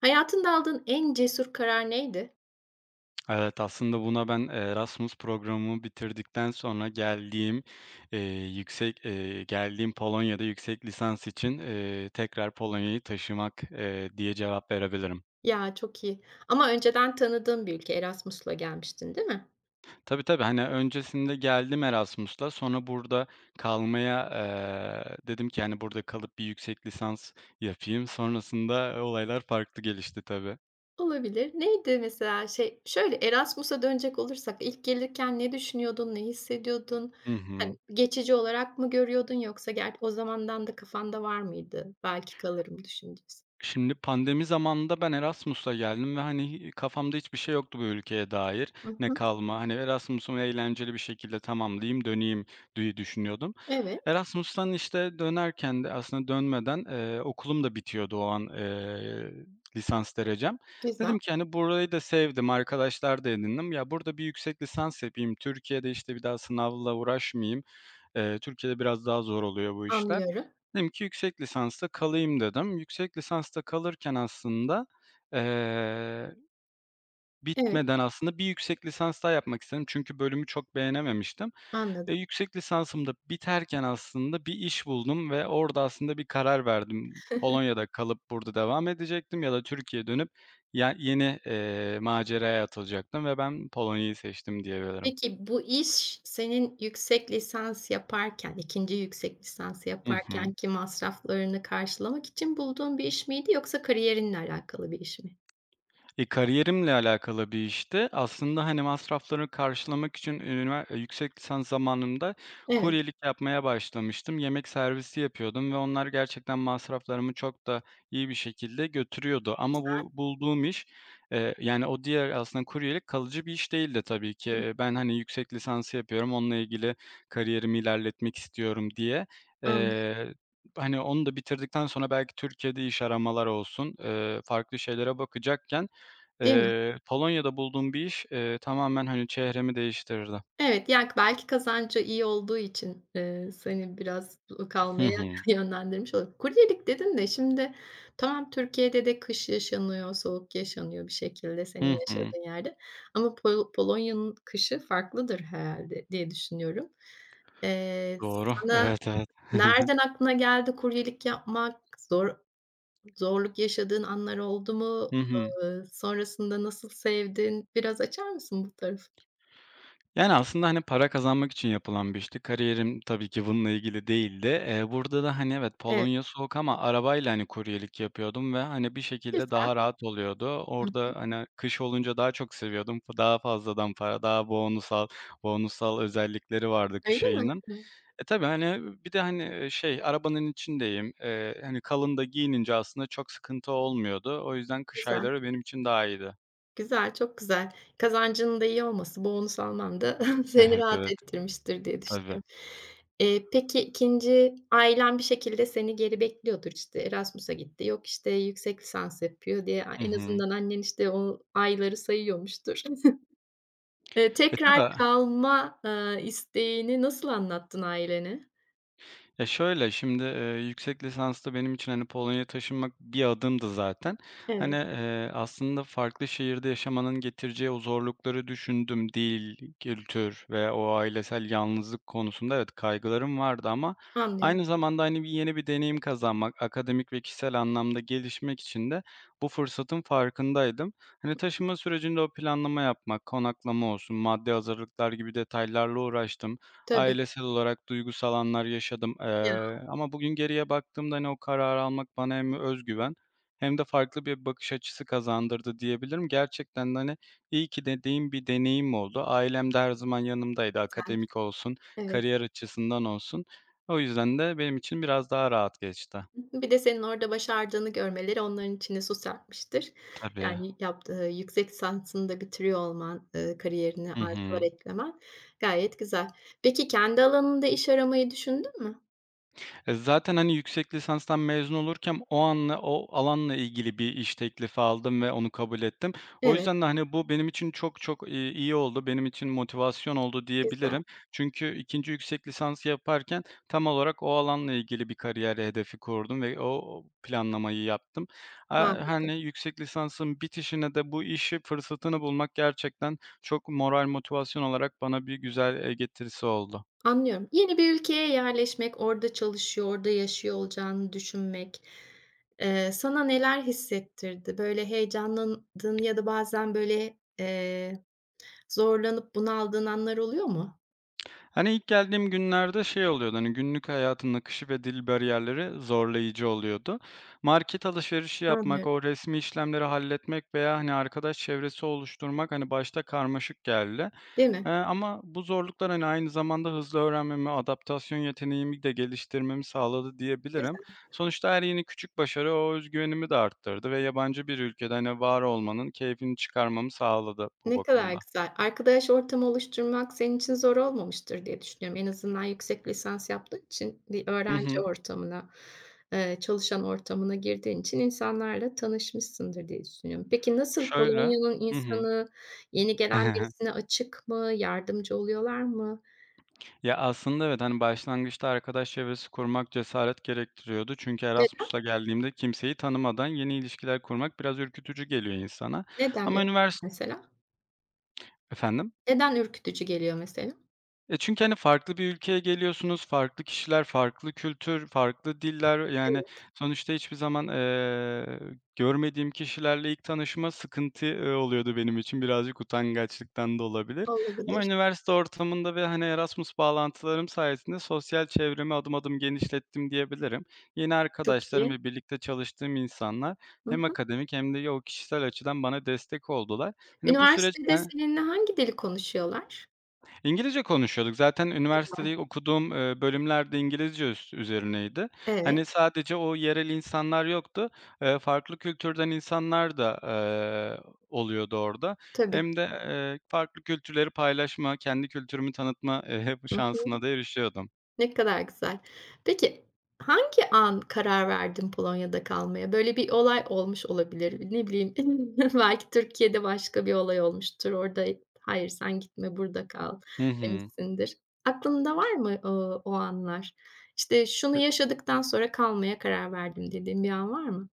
Hayatında aldığın en cesur karar neydi? Evet, aslında buna ben Erasmus programımı bitirdikten sonra geldiğim, eee, yüksek, geldiğim Polonya'da yüksek lisans için, tekrar Polonya'yı taşımak, diye cevap verebilirim. Ya, çok iyi ama önceden tanıdığın bir ülke. Erasmus'la gelmiştin, değil mi? Tabii, tabii, hani, öncesinde geldim Erasmus'la, sonra burada kalmaya, dedim ki, hani, burada kalıp bir yüksek lisans yapayım. Sonrasında olaylar farklı gelişti tabii. Olabilir. Neydi mesela? Erasmus'a dönecek olursak ilk gelirken ne düşünüyordun, ne hissediyordun? Hı hı. Hani, geçici olarak mı görüyordun yoksa o zamandan da kafanda var mıydı belki kalırım düşüncesi? Şimdi pandemi zamanında ben Erasmus'a geldim ve, hani, kafamda hiçbir şey yoktu bu ülkeye dair. Hı Ne hı. kalma, hani, Erasmus'umu eğlenceli bir şekilde tamamlayayım, döneyim diye düşünüyordum. Evet, Erasmus'tan, işte, dönerken de aslında dönmeden, okulum da bitiyordu o an, lisans derecem. güzel. Dedim ki, hani, burayı da sevdim, arkadaşlar da edindim. Ya, burada bir yüksek lisans yapayım, Türkiye'de, işte, bir daha sınavla uğraşmayayım. Türkiye'de biraz daha zor oluyor bu işler. Anlıyorum. Dedim ki yüksek lisansta kalayım dedim. Yüksek lisansta kalırken aslında, eee, Evet, bitmeden aslında bir yüksek lisans daha yapmak istedim çünkü bölümü çok beğenememiştim. Anladım. Yüksek lisansım da biterken aslında bir iş buldum ve orada aslında bir karar verdim. Polonya'da kalıp burada devam edecektim ya da Türkiye'ye dönüp ya yeni, maceraya atılacaktım ve ben Polonya'yı seçtim diyebilirim. Peki, bu iş senin yüksek lisans yaparken, ikinci yüksek lisansı Hı hı. yaparken ki masraflarını karşılamak için bulduğun bir iş miydi yoksa kariyerinle alakalı bir iş mi? E, kariyerimle alakalı bir işti. Aslında, hani, masrafları karşılamak için üniver yüksek lisans zamanımda Evet, kuryelik yapmaya başlamıştım. Yemek servisi yapıyordum ve onlar gerçekten masraflarımı çok da iyi bir şekilde götürüyordu. Ama güzel. bu bulduğum iş, yani, o diğer aslında kuryelik kalıcı bir iş değildi tabii ki. Hı, Ben, hani, yüksek lisansı yapıyorum, onunla ilgili kariyerimi ilerletmek istiyorum diye. anladım, Eee, hani, onu da bitirdikten sonra belki Türkiye'de iş aramalar olsun, farklı şeylere bakacakken değil mi? Polonya'da bulduğum bir iş, tamamen, hani, çehremi değiştirirdi. Evet, yani, belki kazancı iyi olduğu için, seni biraz Hı kalmaya hı. yönlendirmiş olur. Kuryelik dedin de şimdi tamam Türkiye'de de kış yaşanıyor, soğuk yaşanıyor bir şekilde senin Hı hı. yaşadığın yerde ama Polonya'nın kışı farklıdır herhalde diye düşünüyorum. Doğru. Sana Evet, evet. nereden aklına geldi kuryelik yapmak? Zor zorluk yaşadığın anlar oldu mu? Hı hı. Sonrasında nasıl sevdin? Biraz açar mısın bu tarafı? Yani, aslında, hani, para kazanmak için yapılan bir işti. Kariyerim tabii ki bununla ilgili değildi. Burada da, hani, evet, Evet, Polonya soğuk ama arabayla, hani, kuryelik yapıyordum ve, hani, bir şekilde güzel. daha rahat oluyordu. Hı. Orada, hani, kış olunca daha çok seviyordum. Daha fazladan para, daha bonusal özellikleri vardı kış Öyle mi? ayının. Hı, E, tabii, hani, bir de, hani, e, şey, arabanın içindeyim. Hani, kalın da giyinince aslında çok sıkıntı olmuyordu. O yüzden kış güzel. ayları benim için daha iyiydi. Güzel, çok güzel. Kazancının da iyi olması, bonus alman da seni Evet, rahat evet. ettirmiştir diye Tabii. düşünüyorum. Peki ikinci ailen bir şekilde seni geri bekliyordur. İşte Erasmus'a gitti, yok işte yüksek lisans yapıyor diye Hı en hı. azından annen işte o ayları sayıyormuştur. E, Tekrar tabii. İsteğini nasıl anlattın ailene? Ya, şöyle, şimdi, yüksek lisansta benim için, hani, Polonya'ya taşınmak bir adımdı zaten. Hani, Evet, aslında farklı şehirde yaşamanın getireceği o zorlukları düşündüm. Dil, kültür ve o ailesel yalnızlık konusunda evet, kaygılarım vardı ama anlıyorum. aynı zamanda, hani, yeni bir deneyim kazanmak, akademik ve kişisel anlamda gelişmek için de bu fırsatın farkındaydım. Hani, taşınma sürecinde o planlama yapmak, konaklama olsun, maddi hazırlıklar gibi detaylarla uğraştım. Tabii. Ailesel olarak duygusal anlar yaşadım, Ya, ama bugün geriye baktığımda, hani, o kararı almak bana hem özgüven hem de farklı bir bakış açısı kazandırdı diyebilirim. Gerçekten de, hani, iyi ki dediğim bir deneyim oldu. Ailem de her zaman yanımdaydı, akademik olsun, evet. kariyer açısından olsun. O yüzden de benim için biraz daha rahat geçti. Bir de senin orada başardığını görmeleri onların içine su serpmiştir. Tabii. Yani, yaptığı yüksek lisansını da bitiriyor olman, kariyerine Hı hı. artılar eklemen gayet güzel. Peki kendi alanında iş aramayı düşündün mü? E, zaten, hani, yüksek lisanstan mezun olurken o alanla ilgili bir iş teklifi aldım ve onu kabul ettim. O Evet, yüzden de, hani, bu benim için çok çok, iyi oldu, benim için motivasyon oldu güzel, diyebilirim. Çünkü ikinci yüksek lisans yaparken tam olarak o alanla ilgili bir kariyer hedefi kurdum ve o planlamayı yaptım. Aaa, harika. hani, yüksek lisansın bitişine de bu işi fırsatını bulmak gerçekten çok moral, motivasyon olarak bana bir güzel, getirisi oldu. Anlıyorum. Yeni bir ülkeye yerleşmek, orada çalışıyor, orada yaşıyor olacağını düşünmek, sana neler hissettirdi? Böyle heyecanlandığın ya da bazen zorlanıp bunaldığın anlar oluyor mu? Hani ilk geldiğim günlerde şey oluyordu, hani, günlük hayatın akışı ve dil bariyerleri zorlayıcı oluyordu. Market alışverişi yapmak, Anlıyorum, o resmi işlemleri halletmek veya, hani, arkadaş çevresi oluşturmak, hani, başta karmaşık geldi. değil mi? Ama bu zorluklar, hani, aynı zamanda hızlı öğrenmemi, adaptasyon yeteneğimi de geliştirmemi sağladı diyebilirim. Güzel. Sonuçta her yeni küçük başarı o özgüvenimi de arttırdı ve yabancı bir ülkede, hani, var olmanın keyfini çıkarmamı sağladı bu Ne kadar bakımda. güzel. Arkadaş ortamı oluşturmak senin için zor olmamıştır diye düşünüyorum. En azından yüksek lisans yaptığın için bir Hı öğrenci hı. ortamına, çalışan ortamına girdiğin için insanlarla tanışmışsındır diye düşünüyorum. Peki nasıl Şöyle. Polonya'nın Hı hı. insanı yeni gelen birisine açık mı? Yardımcı oluyorlar mı? Ya, aslında evet, hani, başlangıçta arkadaş çevresi kurmak cesaret gerektiriyordu. Çünkü Neden? Erasmus'a geldiğimde kimseyi tanımadan yeni ilişkiler kurmak biraz ürkütücü geliyor insana Neden ama ürkütücü ünivers. mesela? Efendim? Neden ürkütücü geliyor mesela? E, çünkü, hani, farklı bir ülkeye geliyorsunuz, farklı kişiler, farklı kültür, farklı diller. Yani, Evet, sonuçta hiçbir zaman, görmediğim kişilerle ilk tanışma sıkıntı, oluyordu benim için. Birazcık utangaçlıktan da olabilir ama olabilir. üniversite ortamında ve, hani, Erasmus bağlantılarım sayesinde sosyal çevremi adım adım genişlettim diyebilirim. Yeni Çok arkadaşlarım iyi. ve birlikte çalıştığım insanlar Hı hem hı. akademik hem de o kişisel açıdan bana destek oldular. Hani, bu süreç Üniversitede ben. seninle hangi dili konuşuyorlar? İngilizce konuşuyorduk. Zaten Var. üniversitede okuduğum, bölümler de İngilizce üzerineydi. Hani, Evet, sadece o yerel insanlar yoktu. Farklı kültürden insanlar da, oluyordu orada. tabii. Hem de, farklı kültürleri paylaşma, kendi kültürümü tanıtma, Hı şansına hı. da erişiyordum. Ne kadar güzel. Peki, hangi an karar verdin Polonya'da kalmaya? Böyle bir olay olmuş olabilir. Ne bileyim, belki Türkiye'de başka bir olay olmuştur. Orada, "Hayır, sen gitme, burada kal." Hı hı. demişsindir. Aklında var mı, o anlar? İşte, "Şunu yaşadıktan sonra kalmaya karar verdim." dediğin bir an var mı?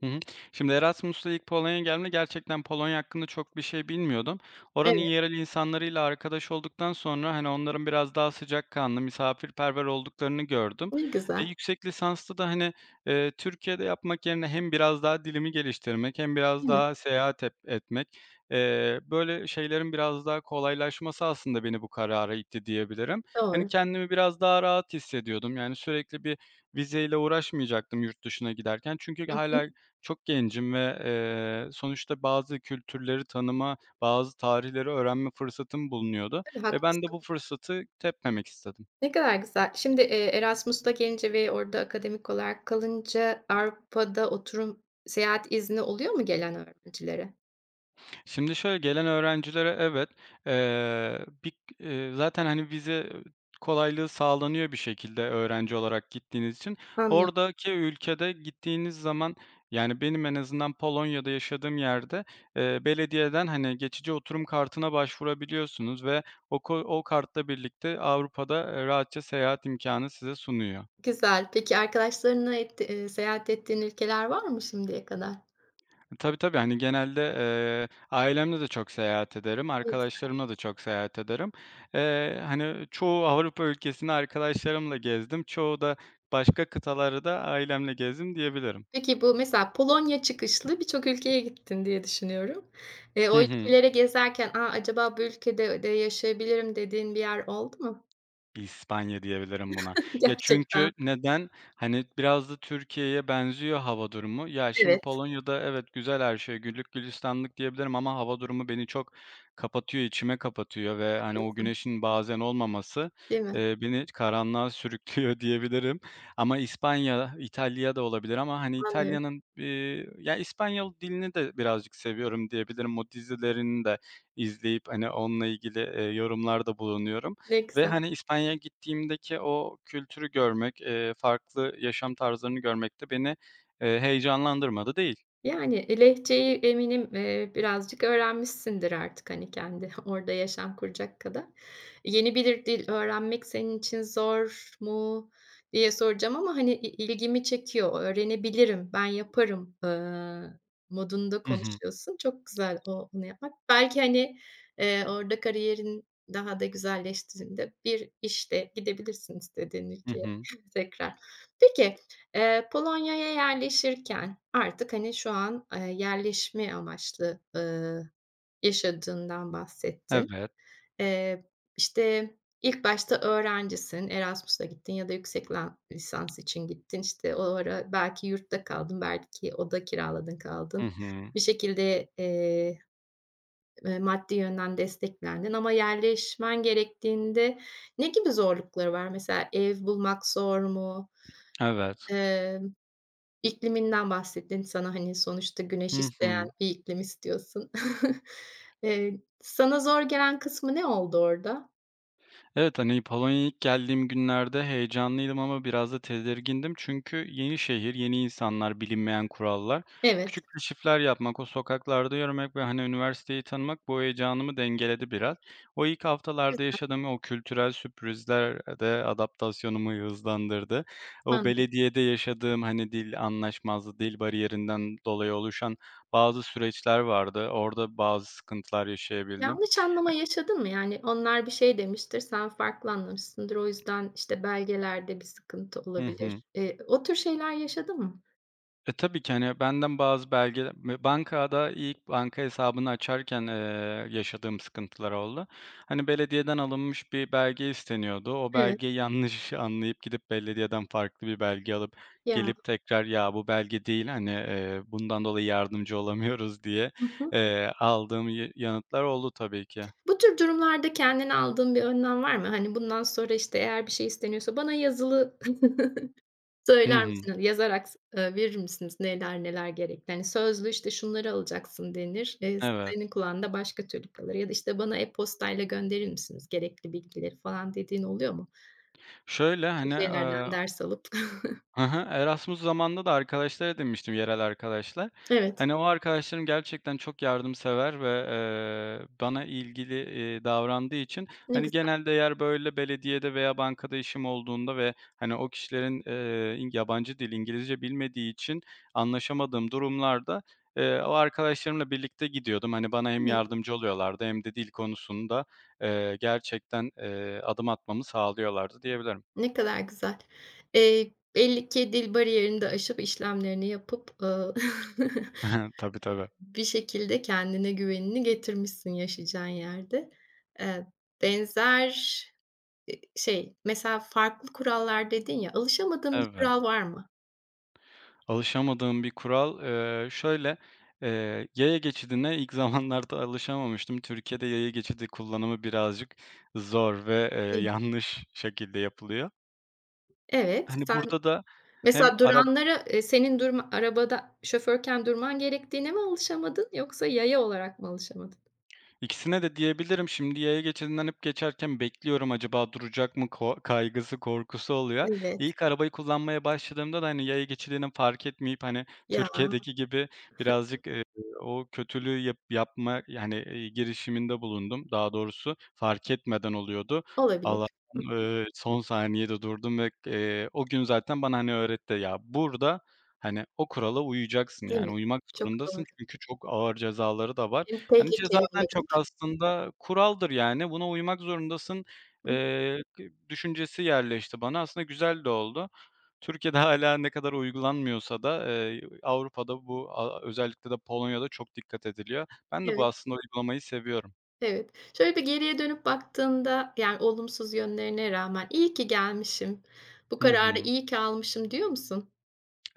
Hı hı. Şimdi Erasmus'la ilk Polonya'ya geldiğimde gerçekten Polonya hakkında çok bir şey bilmiyordum. Evet, Oranın yerel insanlarıyla arkadaş olduktan sonra, hani, onların biraz daha sıcakkanlı, misafirperver olduklarını gördüm. ne E, güzel, yüksek lisansta da, hani, Türkiye'de yapmak yerine hem biraz daha dilimi geliştirmek hem biraz değil mi? daha seyahat ep etmek, böyle şeylerin biraz daha kolaylaşması aslında beni bu karara itti diyebilirim. Hani, Doğru. kendimi biraz daha rahat hissediyordum. Yani, sürekli bir vizeyle uğraşmayacaktım yurt dışına giderken çünkü Hı hı. hala çok gencim ve, sonuçta bazı kültürleri tanıma, bazı tarihleri öğrenme fırsatım bulunuyordu Tabii, ve ben de haklısın. bu fırsatı tepmemek istedim. Ne kadar güzel. Şimdi, Erasmus'la gelince ve orada akademik olarak kalınca Avrupa'da oturum seyahat izni oluyor mu gelen öğrencilere? Şimdi şöyle gelen öğrencilere evet, bir zaten, hani, vize kolaylığı sağlanıyor bir şekilde öğrenci olarak gittiğiniz için. Anlıyorum. Oradaki ülkede gittiğiniz zaman, yani, benim en azından Polonya'da yaşadığım yerde, belediyeden, hani, geçici oturum kartına başvurabiliyorsunuz ve o kartla birlikte Avrupa'da, rahatça seyahat imkanı size sunuyor. Güzel. Peki arkadaşlarına etti seyahat ettiğin ülkeler var mı şimdiye kadar? Tabii, tabii. Hani, genelde, ailemle de çok seyahat ederim, Ne güzel. arkadaşlarımla da çok seyahat ederim. Hani, çoğu Avrupa ülkesini arkadaşlarımla gezdim, çoğu da başka kıtaları da ailemle gezdim diyebilirim. Peki bu mesela Polonya çıkışlı birçok ülkeye gittin diye düşünüyorum. Hı O hı. ülkelere gezerken, "A, acaba bu ülkede de yaşayabilirim." dediğin bir yer oldu mu? İspanya diyebilirim buna. Ya, Gerçekten. çünkü neden? Hani, biraz da Türkiye'ye benziyor hava durumu. Ya, şimdi Evet. Polonya'da evet, güzel her şey, güllük gülistanlık diyebilirim ama hava durumu beni çok kapatıyor, içime kapatıyor ve, hani, o güneşin bazen olmaması, Değil mi? Beni karanlığa sürüklüyor diyebilirim. Ama İspanya, İtalya da olabilir ama, hani, Anlıyorum. İtalya'nın, ya, İspanyol dilini de birazcık seviyorum diyebilirim. O dizilerini de izleyip, hani, onunla ilgili, yorumlarda bulunuyorum. Ne Ve, güzel. hani, İspanya'ya gittiğimdeki o kültürü görmek, farklı yaşam tarzlarını görmek de beni, heyecanlandırmadı değil. Yani, lehçeyi eminim, birazcık öğrenmişsindir artık, hani, kendi orada yaşam kuracak kadar. Yeni bir dil öğrenmek senin için zor mu diye soracağım ama, hani, ilgimi çekiyor. Öğrenebilirim, ben yaparım, modunda Hı hı. konuşuyorsun. Çok güzel onu yapmak. Belki, hani, orada kariyerin daha da güzelleştiğinde bir işte gidebilirsin istediğin Hı ülkeye hı. tekrar. Peki, Polonya'ya yerleşirken artık, hani, şu an, yerleşme amaçlı, yaşadığından bahsettin. Evet. Eee, işte, ilk başta öğrencisin, Erasmus'a gittin ya da yüksek lisans için gittin. İşte, o ara belki yurtta kaldın, belki oda kiraladın Hı kaldın. hı. Bir şekilde, maddi yönden desteklendin ama yerleşmen gerektiğinde ne gibi zorlukları var? Mesela ev bulmak zor mu? Evet. İkliminden bahsettin. Sana, hani, sonuçta güneş Hı isteyen hı. bir iklim istiyorsun. Sana zor gelen kısmı ne oldu orada? Evet, hani, Polonya'ya ilk geldiğim günlerde heyecanlıydım ama biraz da tedirgindim. Çünkü yeni şehir, yeni insanlar, bilinmeyen kurallar. Evet, Küçük keşifler yapmak, o sokaklarda yürümek ve, hani, üniversiteyi tanımak bu heyecanımı dengeledi biraz. O ilk haftalarda güzel. yaşadığım o kültürel sürprizler de adaptasyonumu hızlandırdı. O Pandemi. belediyede yaşadığım, hani, dil anlaşmazlığı, dil bariyerinden dolayı oluşan bazı süreçler vardı. Orada bazı sıkıntılar yaşayabildim. Yanlış anlama yaşadın mı? Yani onlar bir şey demiştir, sen farklı anlamışsındır. O yüzden, işte, belgelerde bir sıkıntı Hı hı. olabilir. O tür şeyler yaşadın mı? E, tabii ki, hani, benden bazı belge me bankada ilk banka hesabını açarken, yaşadığım sıkıntılar oldu. Hani, belediyeden alınmış bir belge isteniyordu. O Evet. belgeyi yanlış anlayıp gidip belediyeden farklı bir belge alıp Ya. gelip tekrar "Ya, bu belge değil, hani, bundan dolayı yardımcı olamıyoruz." diye, Hı hı. Aldığım ya yanıtlar oldu tabii ki. Bu tür durumlarda kendine aldığın bir önlem var mı? Hani, bundan sonra, işte, eğer bir şey isteniyorsa bana yazılı Hı Söyler hı. misiniz? Yazarak s Verir misiniz neler neler gerekli? Hani sözlü, işte, şunları alacaksın denir. Evet. Senin kulağında başka türlü kalır ya da, işte, bana e-postayla gönderir misiniz gerekli bilgileri falan dediğin oluyor mu? Şöyle, Bu hani. tür şeylerden ders alıp. Hı hı. Erasmus zamanında da arkadaşlar edinmiştim, yerel arkadaşlar. Evet, Hani, o arkadaşlarım gerçekten çok yardımsever ve, bana ilgili, davrandığı için, ne hani, güzel. genelde eğer böyle belediyede veya bankada işim olduğunda ve, hani, o kişilerin, in yabancı dil, İngilizce bilmediği için anlaşamadığım durumlarda, o arkadaşlarımla birlikte gidiyordum. Hani, bana hem Evet, yardımcı oluyorlardı hem de dil konusunda, gerçekten, adım atmamı sağlıyorlardı diyebilirim. ne kadar güzel. Belli ki dil bariyerini de aşıp işlemlerini yapıp, Tabii, tabii. bir şekilde kendine güvenini getirmişsin yaşayacağın yerde. Eee, benzer mesela farklı kurallar dedin ya, alışamadığın bir Evet. kural var mı? Alışamadığım bir kural, şöyle, yaya geçidine ilk zamanlarda alışamamıştım. Türkiye'de yaya geçidi kullanımı birazcık zor ve, Değil mi? yanlış şekilde yapılıyor. Evet, Hani, sen burada da hem mesela araba. duranlara, senin durma arabada şoförken durman gerektiğine mi alışamadın yoksa yaya olarak mı alışamadın? İkisine de diyebilirim. Şimdi yaya geçidinden hep geçerken bekliyorum acaba duracak mı kaygısı, korkusu oluyor. Evet, İlk arabayı kullanmaya başladığımda da, hani, yaya geçidini fark etmeyip, hani, ya, Türkiye'deki gibi birazcık, o kötülüğü yapma, yani, girişiminde bulundum. Daha doğrusu fark etmeden oluyordu. olabilir. Allah'tan, Hı, son saniyede durdum ve, o gün zaten bana, hani, öğretti. Ya, burada, hani, o kurala uyacaksın, değil yani, mi? uymak Çok zorundasın doğru. çünkü çok ağır cezaları da var. Hem Hani, tehlikeli cezadan çok olabilir. aslında kuraldır, yani, buna uymak zorundasın, Hı, kı düşüncesi yerleşti bana. Aslında güzel de oldu. Türkiye'de hâlâ ne kadar uygulanmıyorsa da, Avrupa'da bu a özellikle de Polonya'da çok dikkat ediliyor. Ben de bu evet, aslında uygulamayı seviyorum. evet. Şöyle bir geriye dönüp baktığında, yani, olumsuz yönlerine rağmen "İyi ki gelmişim, bu Hı kararı hı. iyi ki almışım." diyor musun?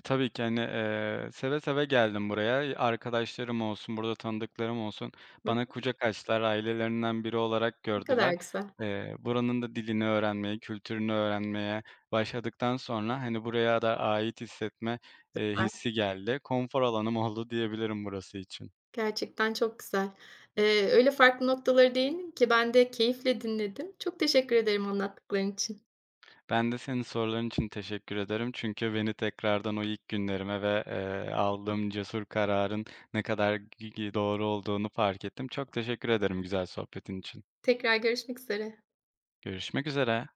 Tabii ki, hani, seve seve geldim buraya. Arkadaşlarım olsun, burada tanıdıklarım olsun Hı, bana kucak açtılar, ailelerinden biri olarak ne kadar gördüler. güzel, Buranın da dilini öğrenmeye, kültürünü öğrenmeye başladıktan sonra, hani, buraya da ait hissetme, süper. hissi geldi. Konfor alanım oldu diyebilirim burası için. Gerçekten çok güzel. Öyle farklı noktalara değindin ki ben de keyifle dinledim. Çok teşekkür ederim anlattıkların için. Ben de senin soruların için teşekkür ederim. Çünkü beni tekrardan o ilk günlerime ve, aldığım cesur kararın ne kadar doğru olduğunu fark ettim. Çok teşekkür ederim güzel sohbetin için. Tekrar görüşmek üzere. Görüşmek üzere.